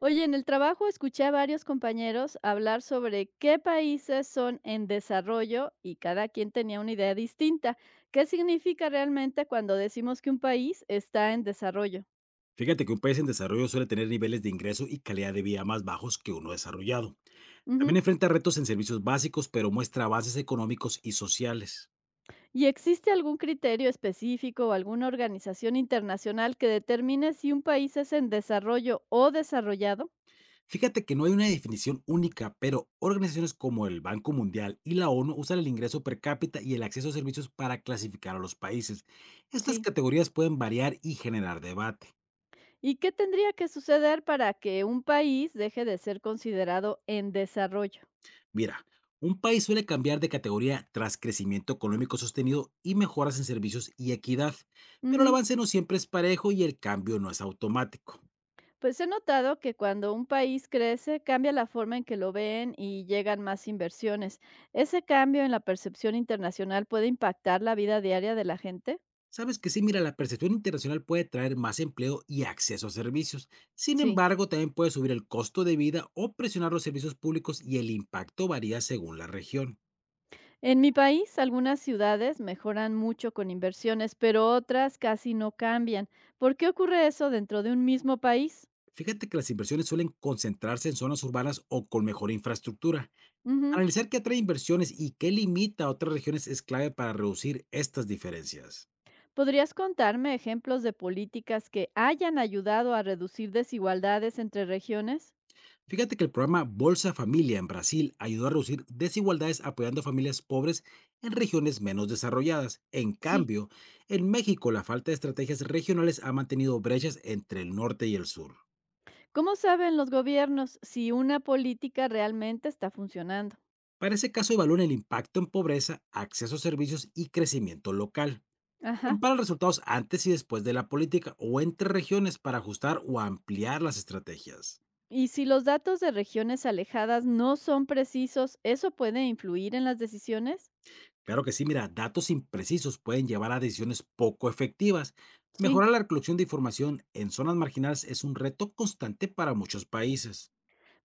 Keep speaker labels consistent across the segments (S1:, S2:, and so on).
S1: Oye, en el trabajo escuché a varios compañeros hablar sobre qué países son en desarrollo y cada quien tenía una idea distinta. ¿Qué significa realmente cuando decimos que un país está en desarrollo?
S2: Fíjate que un país en desarrollo suele tener niveles de ingreso y calidad de vida más bajos que uno desarrollado. También
S1: Ujú.
S2: enfrenta retos en servicios básicos, pero muestra avances económicos y sociales.
S1: ¿Y existe algún criterio específico o alguna organización internacional que determine si un país es en desarrollo o desarrollado?
S2: Fíjate que no hay una definición única, pero organizaciones como el Banco Mundial y la ONU usan el ingreso per cápita y el acceso a servicios para clasificar a los países. Estas
S1: Sí.
S2: categorías pueden variar y generar debate.
S1: ¿Y qué tendría que suceder para que un país deje de ser considerado en desarrollo?
S2: Mira, un país suele cambiar de categoría tras crecimiento económico sostenido y mejoras en servicios y equidad, pero el
S1: Ujú.
S2: avance no siempre es parejo y el cambio no es automático.
S1: Pues he notado que cuando un país crece, cambia la forma en que lo ven y llegan más inversiones. ¿Ese cambio en la percepción internacional puede impactar la vida diaria de la gente?
S2: Sabes que sí, mira, la percepción internacional puede traer más empleo y acceso a servicios. Sin
S1: Sí.
S2: embargo, también puede subir el costo de vida o presionar los servicios públicos, y el impacto varía según la región.
S1: En mi país, algunas ciudades mejoran mucho con inversiones, pero otras casi no cambian. ¿Por qué ocurre eso dentro de un mismo país?
S2: Fíjate que las inversiones suelen concentrarse en zonas urbanas o con mejor infraestructura.
S1: Ujú.
S2: Analizar qué atrae inversiones y qué limita a otras regiones es clave para reducir estas diferencias.
S1: ¿Podrías contarme ejemplos de políticas que hayan ayudado a reducir desigualdades entre regiones?
S2: Fíjate que el programa Bolsa Familia en Brasil ayudó a reducir desigualdades apoyando a familias pobres en regiones menos desarrolladas. En
S1: Sí.
S2: cambio, en México la falta de estrategias regionales ha mantenido brechas entre el norte y el sur.
S1: ¿Cómo saben los gobiernos si una política realmente está funcionando?
S2: Para ese caso evalúen el impacto en pobreza, acceso a servicios y crecimiento local.
S1: Ajá.
S2: Compara resultados antes y después de la política o entre regiones para ajustar o ampliar las estrategias.
S1: Y si los datos de regiones alejadas no son precisos, ¿eso puede influir en las decisiones?
S2: Claro que sí, mira, datos imprecisos pueden llevar a decisiones poco efectivas.
S1: Sí.
S2: Mejorar la recolección de información en zonas marginales es un reto constante para muchos países.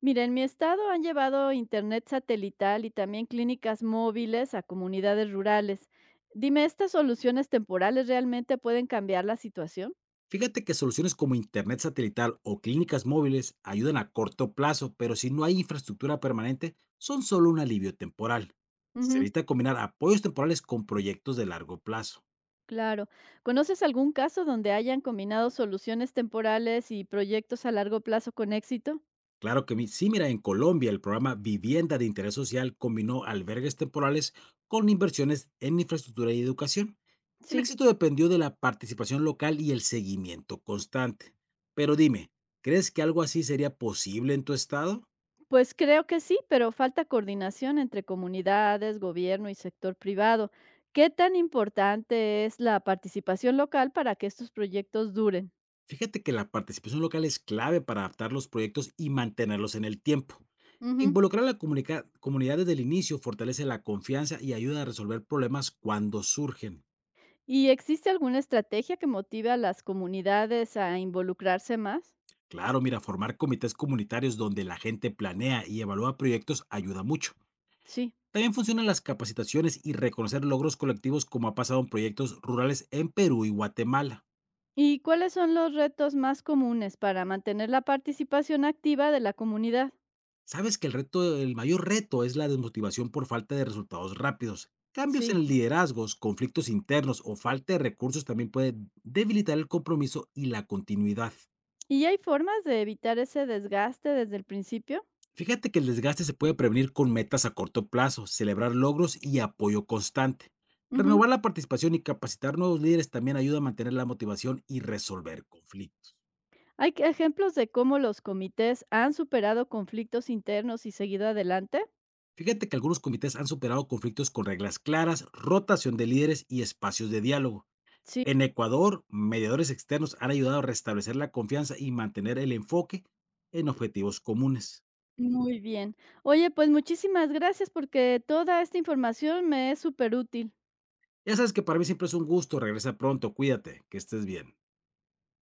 S1: Mira, en mi estado han llevado internet satelital y también clínicas móviles a comunidades rurales. Dime, ¿estas soluciones temporales realmente pueden cambiar la situación?
S2: Fíjate que soluciones como Internet satelital o clínicas móviles ayudan a corto plazo, pero si no hay infraestructura permanente, son solo un alivio temporal. Se
S1: Ujú,
S2: necesita combinar apoyos temporales con proyectos de largo plazo.
S1: claro. ¿Conoces algún caso donde hayan combinado soluciones temporales y proyectos a largo plazo con éxito?
S2: Claro que sí, mira, en Colombia el programa Vivienda de Interés Social combinó albergues temporales con inversiones en infraestructura y educación. El
S1: Sí.
S2: éxito dependió de la participación local y el seguimiento constante. Pero dime, ¿crees que algo así sería posible en tu estado?
S1: Pues creo que sí, pero falta coordinación entre comunidades, gobierno y sector privado. ¿Qué tan importante es la participación local para que estos proyectos duren?
S2: Fíjate que la participación local es clave para adaptar los proyectos y mantenerlos en el tiempo.
S1: Ujú.
S2: Involucrar a la comunidad desde el inicio fortalece la confianza y ayuda a resolver problemas cuando surgen.
S1: ¿Y existe alguna estrategia que motive a las comunidades a involucrarse más?
S2: Claro, mira, formar comités comunitarios donde la gente planea y evalúa proyectos ayuda mucho.
S1: Sí.
S2: También funcionan las capacitaciones y reconocer logros colectivos, como ha pasado en proyectos rurales en Perú y Guatemala.
S1: ¿Y cuáles son los retos más comunes para mantener la participación activa de la comunidad?
S2: Sabes que el reto, el mayor reto, es la desmotivación por falta de resultados rápidos. Cambios
S1: Sí.
S2: en liderazgos, conflictos internos o falta de recursos también puede debilitar el compromiso y la continuidad.
S1: ¿Y hay formas de evitar ese desgaste desde el principio?
S2: Fíjate que el desgaste se puede prevenir con metas a corto plazo, celebrar logros y apoyo constante.
S1: Ujú.
S2: Renovar la participación y capacitar nuevos líderes también ayuda a mantener la motivación y resolver conflictos.
S1: Ejemplos de cómo los comités han superado conflictos internos y seguido adelante?
S2: Fíjate que algunos comités han superado conflictos con reglas claras, rotación de líderes y espacios de diálogo.
S1: Sí,
S2: En Ecuador, mediadores externos han ayudado a restablecer la confianza y mantener el enfoque en objetivos comunes.
S1: muy bien. Oye, pues muchísimas gracias porque toda esta información me es súper útil.
S2: Ya sabes que para mí siempre es un gusto. Regresa pronto, cuídate, que estés bien.